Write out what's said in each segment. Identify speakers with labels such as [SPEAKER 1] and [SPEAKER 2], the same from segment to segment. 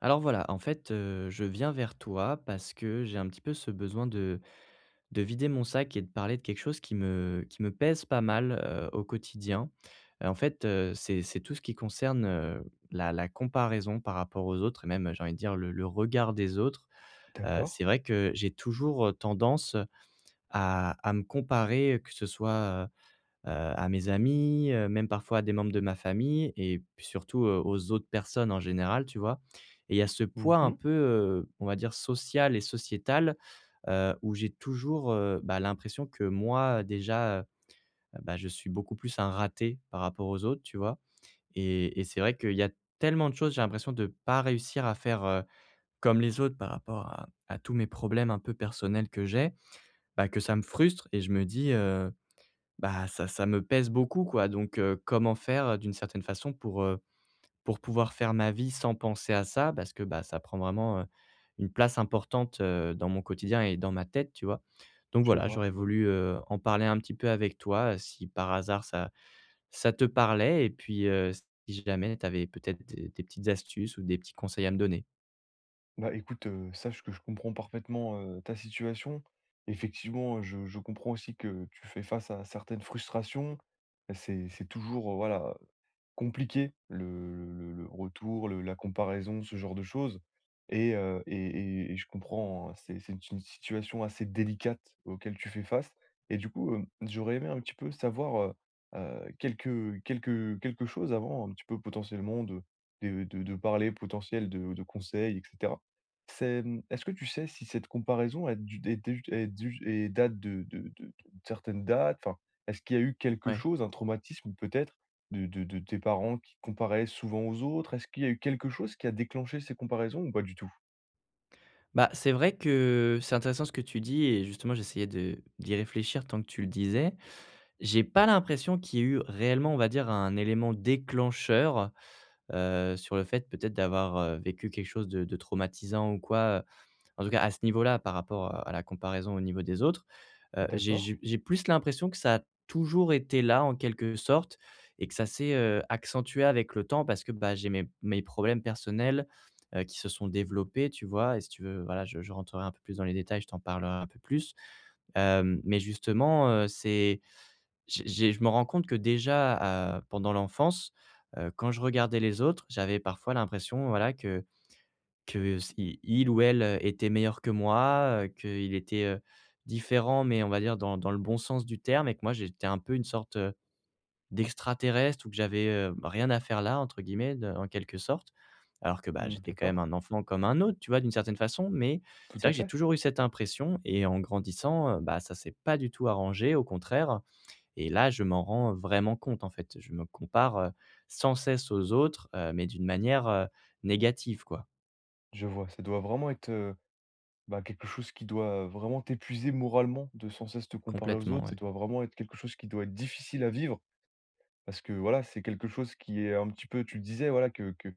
[SPEAKER 1] Alors voilà, en fait, je viens vers toi parce que j'ai un petit peu ce besoin de vider mon sac et de parler de quelque chose qui me pèse pas mal, au quotidien. En fait, c'est tout ce qui concerne, la comparaison par rapport aux autres et même, j'ai envie de dire, le regard des autres.
[SPEAKER 2] D'accord.
[SPEAKER 1] C'est vrai que j'ai toujours, tendance à me comparer, que ce soit, à mes amis, même parfois à des membres de ma famille et puis surtout, aux autres personnes en général, tu vois? Et il y a ce poids un
[SPEAKER 2] Mmh.
[SPEAKER 1] peu, on va dire social et sociétal, où j'ai toujours, bah, l'impression que moi déjà, bah, je suis beaucoup plus un raté par rapport aux autres, tu vois? Et c'est vrai qu'il y a tellement de choses, j'ai l'impression de ne pas réussir à faire, comme les autres par rapport à tous mes problèmes un peu personnels que j'ai, bah, que ça me frustre et je me dis, bah, ça me pèse beaucoup quoi, donc comment faire, d'une certaine façon pour pouvoir faire ma vie sans penser à ça? Parce que, bah, ça prend vraiment, une place importante, dans mon quotidien et dans ma tête, tu vois? Donc
[SPEAKER 2] Je
[SPEAKER 1] voilà,
[SPEAKER 2] vois.
[SPEAKER 1] j'aurais voulu, en parler un petit peu avec toi, si par hasard ça te parlait et puis, si jamais tu avais peut-être des petites astuces ou des petits conseils à me donner.
[SPEAKER 2] Bah écoute, sache que je comprends parfaitement, ta situation. Effectivement, je comprends aussi que tu fais face à certaines frustrations. C'est toujours, voilà, compliqué le retour, le la comparaison, ce genre de choses et je comprends, hein, c'est une situation assez délicate auquel tu fais face et du coup, j'aurais aimé un petit peu savoir, quelque chose avant un petit peu potentiellement de parler potentiel de conseils et cetera. C'est, est-ce que tu sais si cette comparaison est du est du est du et date de certaines dates? Enfin, est-ce qu'il y a eu quelque
[SPEAKER 1] Ouais.
[SPEAKER 2] chose, un traumatisme peut-être de tes parents qui comparaient souvent aux autres? Est-ce qu'il y a eu quelque chose qui a déclenché ces comparaisons ou pas du tout?
[SPEAKER 1] Bah, c'est vrai que c'est intéressant ce que tu dis et justement j'essayais de d'y réfléchir tant que tu le disais. J'ai pas l'impression qu'il y ait eu réellement, on va dire, un élément déclencheur, sur le fait peut-être d'avoir, vécu quelque chose de traumatisant ou quoi, en tout cas à ce niveau-là par rapport à la comparaison au niveau des autres. Heu, j'ai
[SPEAKER 2] D'accord,
[SPEAKER 1] j'ai j'ai plus l'impression que ça a toujours été là en quelque sorte et que ça s'est, accentué avec le temps parce que, bah, j'ai mes problèmes personnels, qui se sont développés, tu vois? Et si tu veux, voilà, je rentrerai un peu plus dans les détails, je t'en parlerai un peu plus. Hem, mais justement, c'est j'ai je me rends compte que déjà, pendant l'enfance, quand je regardais les autres, j'avais parfois l'impression, voilà, que s i il ou elle, était meilleur que moi, qu'il était, différent, mais on va dire dans le bon sens du terme et que moi j'étais un peu une sorte, d'extraterrestre ou que j'avais, «rien à faire là» entre guillemets de en quelque sorte. Alors que, bah,
[SPEAKER 2] mmh,
[SPEAKER 1] j'étais quand
[SPEAKER 2] d'accord,
[SPEAKER 1] même un enfant comme un autre, tu vois, d'une certaine façon, mais
[SPEAKER 2] tout
[SPEAKER 1] c'est vrai
[SPEAKER 2] à
[SPEAKER 1] que j'ai
[SPEAKER 2] fait.
[SPEAKER 1] toujours eu cette impression et en grandissant, bah, ça s'est pas du tout arrangé, au contraire. Et là, je m'en rends vraiment compte, en fait. Je me compare, sans cesse aux autres, mais d'une manière, négative, quoi.
[SPEAKER 2] Je vois, ça doit vraiment être, quelque chose qui doit vraiment t'épuiser moralement de sans cesse te comparer aux
[SPEAKER 1] Complètement,
[SPEAKER 2] autres.
[SPEAKER 1] ouais.
[SPEAKER 2] Ça doit vraiment être quelque chose qui doit être difficile à vivre parce que, voilà, c'est quelque chose qui est un petit peu tu le disais, voilà, que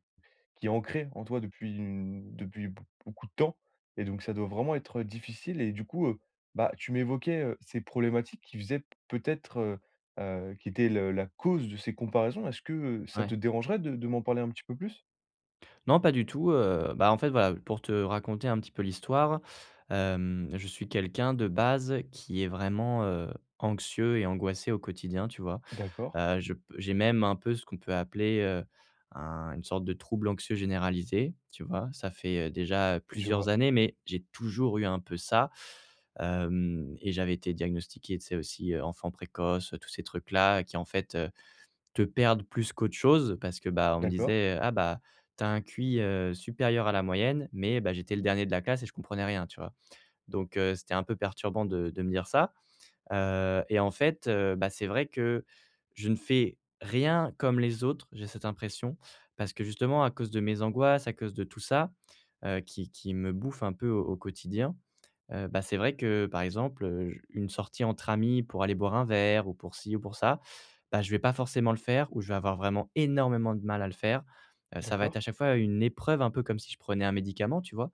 [SPEAKER 2] qui est ancré en toi depuis b beaucoup de temps et donc ça doit vraiment être difficile et du coup, tu m'évoquais, ces problématiques qui faisaient peut-être, qui étaient le la cause de ces comparaisons. Est-ce que, ça
[SPEAKER 1] Ouais.
[SPEAKER 2] te dérangerait de m'en parler un petit peu plus?
[SPEAKER 1] Non, pas du tout, bah, en fait, voilà, pour te raconter un petit peu l'histoire, hem, je suis quelqu'un de base qui est vraiment, anxieux et angoissé au quotidien, tu vois?
[SPEAKER 2] D'accord,
[SPEAKER 1] Je p J'ai même un peu ce qu'on peut appeler, un une sorte de trouble anxieux généralisé, tu vois? Ça fait, déjà
[SPEAKER 2] je
[SPEAKER 1] plusieurs
[SPEAKER 2] vois.
[SPEAKER 1] années, mais j'ai toujours eu un peu ça. Hem, et j'avais été diagnostiqué, tu sais, aussi, enfant précoce, tous ces trucs-là qui, en fait, te perdent plus qu'autre chose parce que, bah, on me
[SPEAKER 2] D'accord,
[SPEAKER 1] disait: «Ah bah, t'as as un QI, supérieur à la moyenne», mais bah, j'étais le dernier de la classe et je comprenais rien, tu vois? Donc c'était un peu perturbant de me dire ça. Heu, et en fait, bah, c'est vrai que je ne fais rien comme les autres, j'ai cette impression. Parce que justement à cause de mes angoisses, à cause de tout ça, qui me bouffe un peu au quotidien, bah, c'est vrai que, par exemple, j une sortie entre amis pour aller boire un verre ou pour ci ou pour ça, bah, je ne vais pas forcément le faire ou je vais avoir vraiment énormément de mal à le faire. Ça va être
[SPEAKER 2] d'accord,
[SPEAKER 1] à chaque fois une épreuve, un peu comme si je prenais un médicament, tu vois?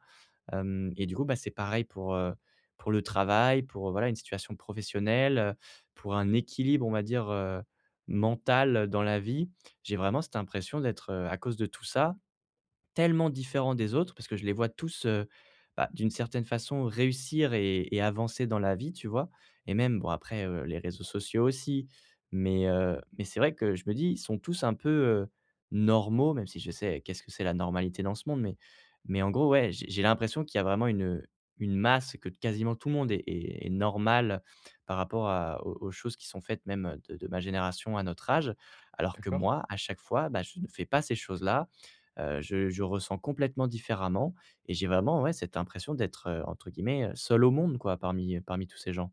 [SPEAKER 1] Hem, et du coup, bah, c'est pareil pour le travail, pour, voilà, une situation professionnelle, pour un équilibre, on va dire, mental, dans la vie. J'ai vraiment cette impression d'être, à cause de tout ça, tellement différents des autres parce que je les vois tous, bah, d'une certaine façon réussir et avancer dans la vie, tu vois? Et même bon après, les réseaux sociaux aussi, mais c'est vrai que je me dis: «Ils sont tous un peu, normaux», même si je sais qu'est-ce que c'est la normalité dans ce monde, mais en gros, ouais, j'ai l'impression qu'il y a vraiment une masse, que quasiment tout le monde est normal par rapport à aux choses qui sont faites même, de ma génération à notre âge. Alors que
[SPEAKER 2] d'accord.
[SPEAKER 1] moi, à chaque fois, bah, je ne fais pas ces choses-là. Je ressens complètement différemment et j'ai vraiment, ouais, cette impression d'être, entre guillemets, «seul au monde» quoi, parmi, parmi tous ces gens.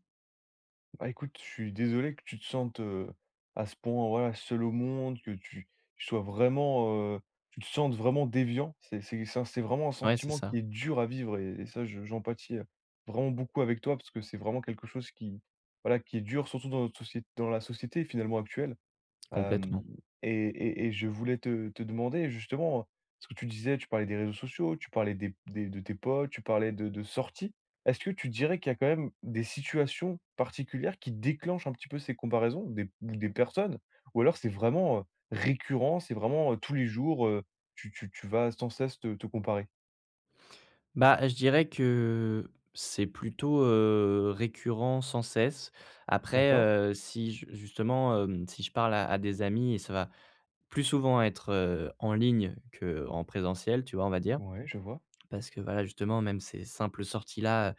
[SPEAKER 2] Bah, écoute, je suis désolé que tu te sentes, à ce point, voilà, seul au monde, que tu sois vraiment, tu te sentes vraiment déviant. C'est vraiment un
[SPEAKER 1] Ouais, c'est
[SPEAKER 2] sentiment
[SPEAKER 1] ça,
[SPEAKER 2] qui est dur à vivre et ça, je j'empathie, vraiment beaucoup avec toi parce que c'est vraiment quelque chose qui, voilà, qui est dur surtout dans notre sociét dans la société finalement actuelle. Hem
[SPEAKER 1] complètement.
[SPEAKER 2] Et je voulais te demander justement, ce que tu disais, tu parlais des réseaux sociaux, tu parlais des de tes potes, tu parlais de sorties. Est-ce que tu dirais qu'il y a quand même des situations particulières qui déclenchent un petit peu ces comparaisons, des personnes? Ou alors c'est vraiment, récurrent, c'est vraiment, tous les jours, tu vas sans cesse te comparer?
[SPEAKER 1] Bah, je dirais que c'est plutôt, récurrent sans cesse. Après,
[SPEAKER 2] D'accord.
[SPEAKER 1] si je justement, hem, si je parle à des amis, et ça va plus souvent être, en ligne que en présentiel, tu vois, on va dire.
[SPEAKER 2] Ouais, je vois.
[SPEAKER 1] Parce que voilà, justement, même ces simples sorties là,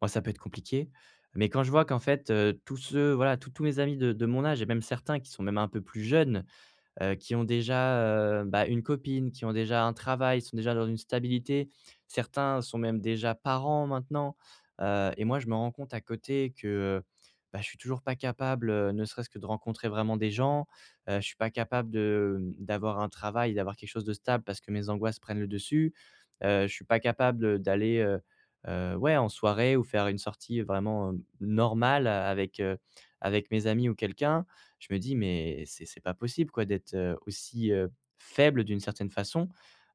[SPEAKER 1] moi, ça peut être compliqué. Mais quand je vois qu'en fait, tous ceux, voilà, tous mes amis de mon âge et même certains qui sont même un peu plus jeunes, qui ont déjà, bah, une copine, qui ont déjà un travail, sont déjà dans une stabilité. Certains sont même déjà parents maintenant, heu, et moi je me rends compte à côté que, heu, bah, je suis toujours pas capable, ne serait-ce que de rencontrer vraiment des gens. Je suis pas capable de, d'avoir un travail, d'avoir quelque chose de stable parce que mes angoisses prennent le dessus. Je suis pas capable, d'aller, ouais, en soirée ou faire une sortie vraiment, normale avec, avec mes amis ou quelqu'un. Je me dis: «Mais c'est pas possible quoi d'être, aussi, faible d'une certaine façon».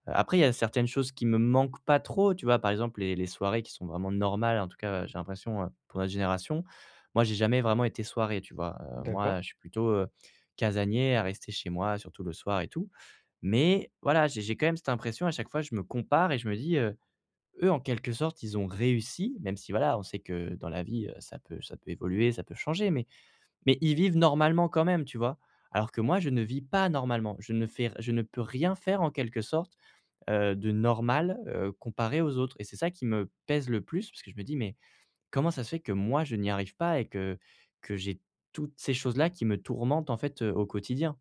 [SPEAKER 1] Après il y a certaines choses qui me manquent pas trop, tu vois? Par exemple les soirées qui sont vraiment normales, en tout cas, j'ai l'impression, pour notre génération. Moi, j'ai jamais vraiment été soirée, tu vois?
[SPEAKER 2] D'accord.
[SPEAKER 1] Moi, je suis plutôt, casanier à rester chez moi, surtout le soir et tout. Mais voilà, j'ai quand même cette impression à chaque fois, je me compare et je me dis, «Eux, en quelque sorte, ils ont réussi», même si voilà, on sait que dans la vie, ça peut évoluer, ça peut changer, mais ils vivent normalement quand même, tu vois? Alors que moi, je ne vis pas normalement. Je ne peux rien faire en quelque sorte, de normal, comparé aux autres et c'est ça qui me pèse le plus parce que je me dis: «Mais comment ça se fait que moi, je n'y arrive pas et que j'ai toutes ces choses-là qui me tourmentent en fait, au quotidien?»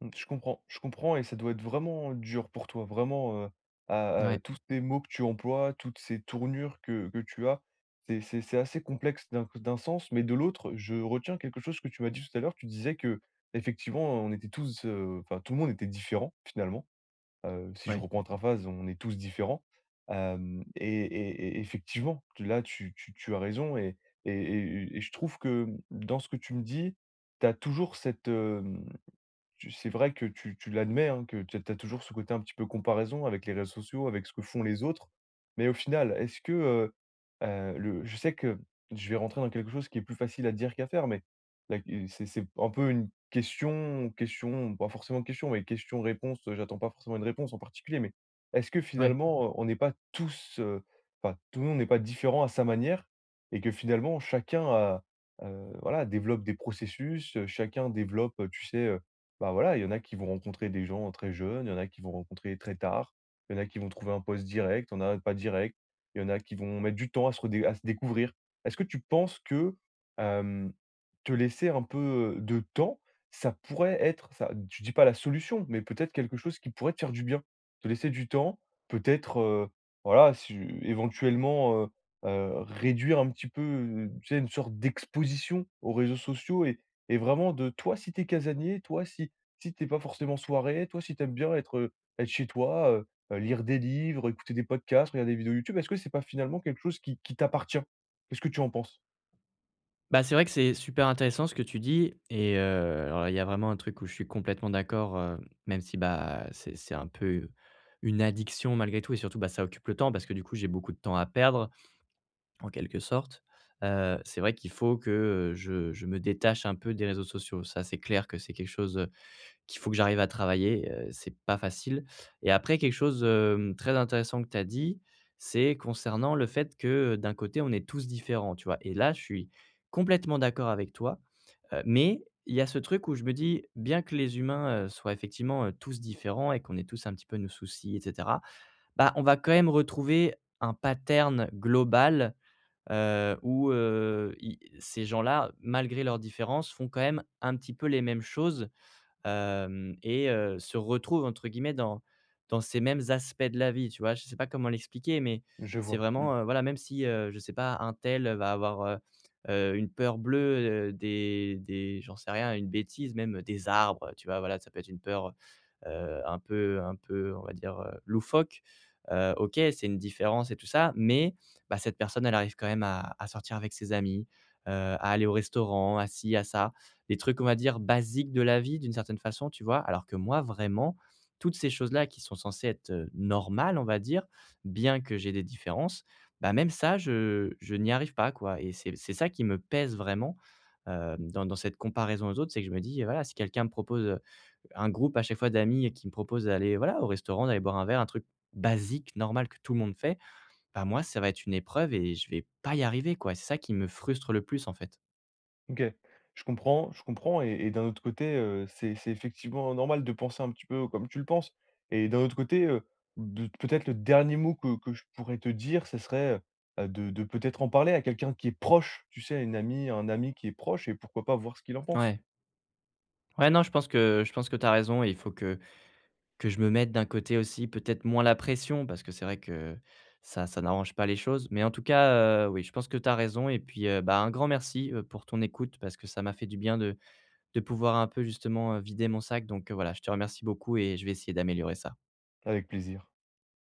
[SPEAKER 2] Mmh, je comprends et ça doit être vraiment dur pour toi, vraiment,
[SPEAKER 1] Ouais,
[SPEAKER 2] à tous ces mots que tu emploies, toutes ces tournures que tu as, c'est c'est assez complexe d'un sens, mais de l'autre, je retiens quelque chose que tu m'as dit tout à l'heure. Tu disais que effectivement, on était tous, enfin, tout le monde était différent finalement. Si je
[SPEAKER 1] ouais,
[SPEAKER 2] reprends ta phrase, on est tous différents. Hem Et effectivement, là, tu as raison et je trouve que, dans ce que tu me dis, tu as toujours cette, tu c'est vrai que tu l'admets, hein, que tu as toujours ce côté un petit peu comparaison avec les réseaux sociaux, avec ce que font les autres. Mais au final, est-ce que, le je sais que je vais rentrer dans quelque chose qui est plus facile à dire qu'à faire, mais la c'est un peu une question question, pas forcément question, mais question-réponse, j'attends pas forcément une réponse en particulier, mais est-ce que
[SPEAKER 1] ouais.
[SPEAKER 2] finalement, on n'est pas tous, enfin, tout le monde n'est pas différent à sa manière et que finalement chacun a, voilà, développe des processus, chacun développe, tu sais, bah, voilà, il y en a qui vont rencontrer des gens très jeunes, il y en a qui vont rencontrer très tard, il y en a qui vont trouver un poste direct, il y en a pas direct, il y en a qui vont mettre du temps à se redé à se découvrir. Est-ce que tu penses que, hem, te laisser un peu de temps, ça pourrait être ça je dis pas la solution, mais peut-être quelque chose qui pourrait te faire du bien? Te laisser du temps, peut-être, voilà, si éventuellement, réduire un petit peu, tu sais, une sorte d'exposition aux réseaux sociaux et vraiment de toi si tu es casanier, toi si t'es pas forcément soirée, toi, si t'aimes bien être, être chez toi, lire des livres, écouter des podcasts, regarder des vidéos YouTube, est-ce que c'est pas finalement quelque chose qui t'appartient? Qu'est-ce que tu en penses?
[SPEAKER 1] Bah, c'est vrai que c'est super intéressant ce que tu dis, et alors il y a vraiment un truc où je suis complètement d'accord, même si, bah, c'est un peu une addiction malgré tout et surtout, bah, ça occupe le temps parce que du coup, j'ai beaucoup de temps à perdre en quelque sorte. C'est vrai qu'il faut que, je me détache un peu des réseaux sociaux. Ça, c'est clair que c'est quelque chose, qu'il faut que j'arrive à travailler, c'est pas facile, et après quelque chose, hem, très intéressant que tu as dit, c'est concernant le fait que, d'un côté on est tous différents, tu vois? Et là je suis complètement d'accord avec toi, mais il y a ce truc où je me dis: «Bien que les humains, soient effectivement, tous différents et qu'on ait tous un petit peu nos soucis et cetera, bah, on va quand même retrouver un pattern global, où, i ces gens-là, malgré leurs différences, font quand même un petit peu les mêmes choses», hem, et se retrouvent entre guillemets dans ces mêmes aspects de la vie, tu vois? Je sais pas comment l'expliquer, mais
[SPEAKER 2] Je
[SPEAKER 1] c'est
[SPEAKER 2] vois, mmh,
[SPEAKER 1] vraiment, voilà, même si, je sais pas, un tel va avoir, une peur bleue, des j'en sais rien, une bêtise même, des arbres, tu vois? Voilà, ça peut être une peur, un peu, on va dire, loufoque, OK, c'est une différence et tout ça, mais bah, cette personne, elle arrive quand même à sortir avec ses amis, à aller au restaurant, à ci, à ça. Des trucs, on va dire, basiques de la vie d'une certaine façon, tu vois? Alors que moi, vraiment, toutes ces choses-là qui sont censées être, normales, on va dire, bien que j'ai des différences, bah, même ça, je n'y arrive pas, quoi, et c'est ça qui me pèse vraiment, dans cette comparaison aux autres. C'est que je me dis: «Voilà, si quelqu'un me propose, un groupe à chaque fois d'amis qui me proposent d'aller, voilà, au restaurant, d'aller boire un verre, un truc basique, normal, que tout le monde fait, bah, moi, ça va être une épreuve et je vais pas y arriver, quoi. C'est ça qui me frustre le plus, en fait.»
[SPEAKER 2] OK. Je comprends et d'un autre côté, c'est effectivement normal de penser un petit peu comme tu le penses et d'un autre côté, de peut-être le dernier mot que je pourrais te dire, ce serait, de peut-être en parler à quelqu'un qui est proche, tu sais, à une amie, à un ami qui est proche et pourquoi pas voir ce qu'il en pense?
[SPEAKER 1] Ouais. Ouais, non, je pense que tu as raison et il faut que je me mette d'un côté aussi peut-être moins la pression parce que c'est vrai que ça n'arrange pas les choses. Mais en tout cas, oui, je pense que tu as raison et puis, bah, un grand merci, pour ton écoute parce que ça m'a fait du bien de pouvoir un peu justement, vider mon sac, donc, voilà, je te remercie beaucoup et je vais essayer d'améliorer ça.
[SPEAKER 2] Avec plaisir.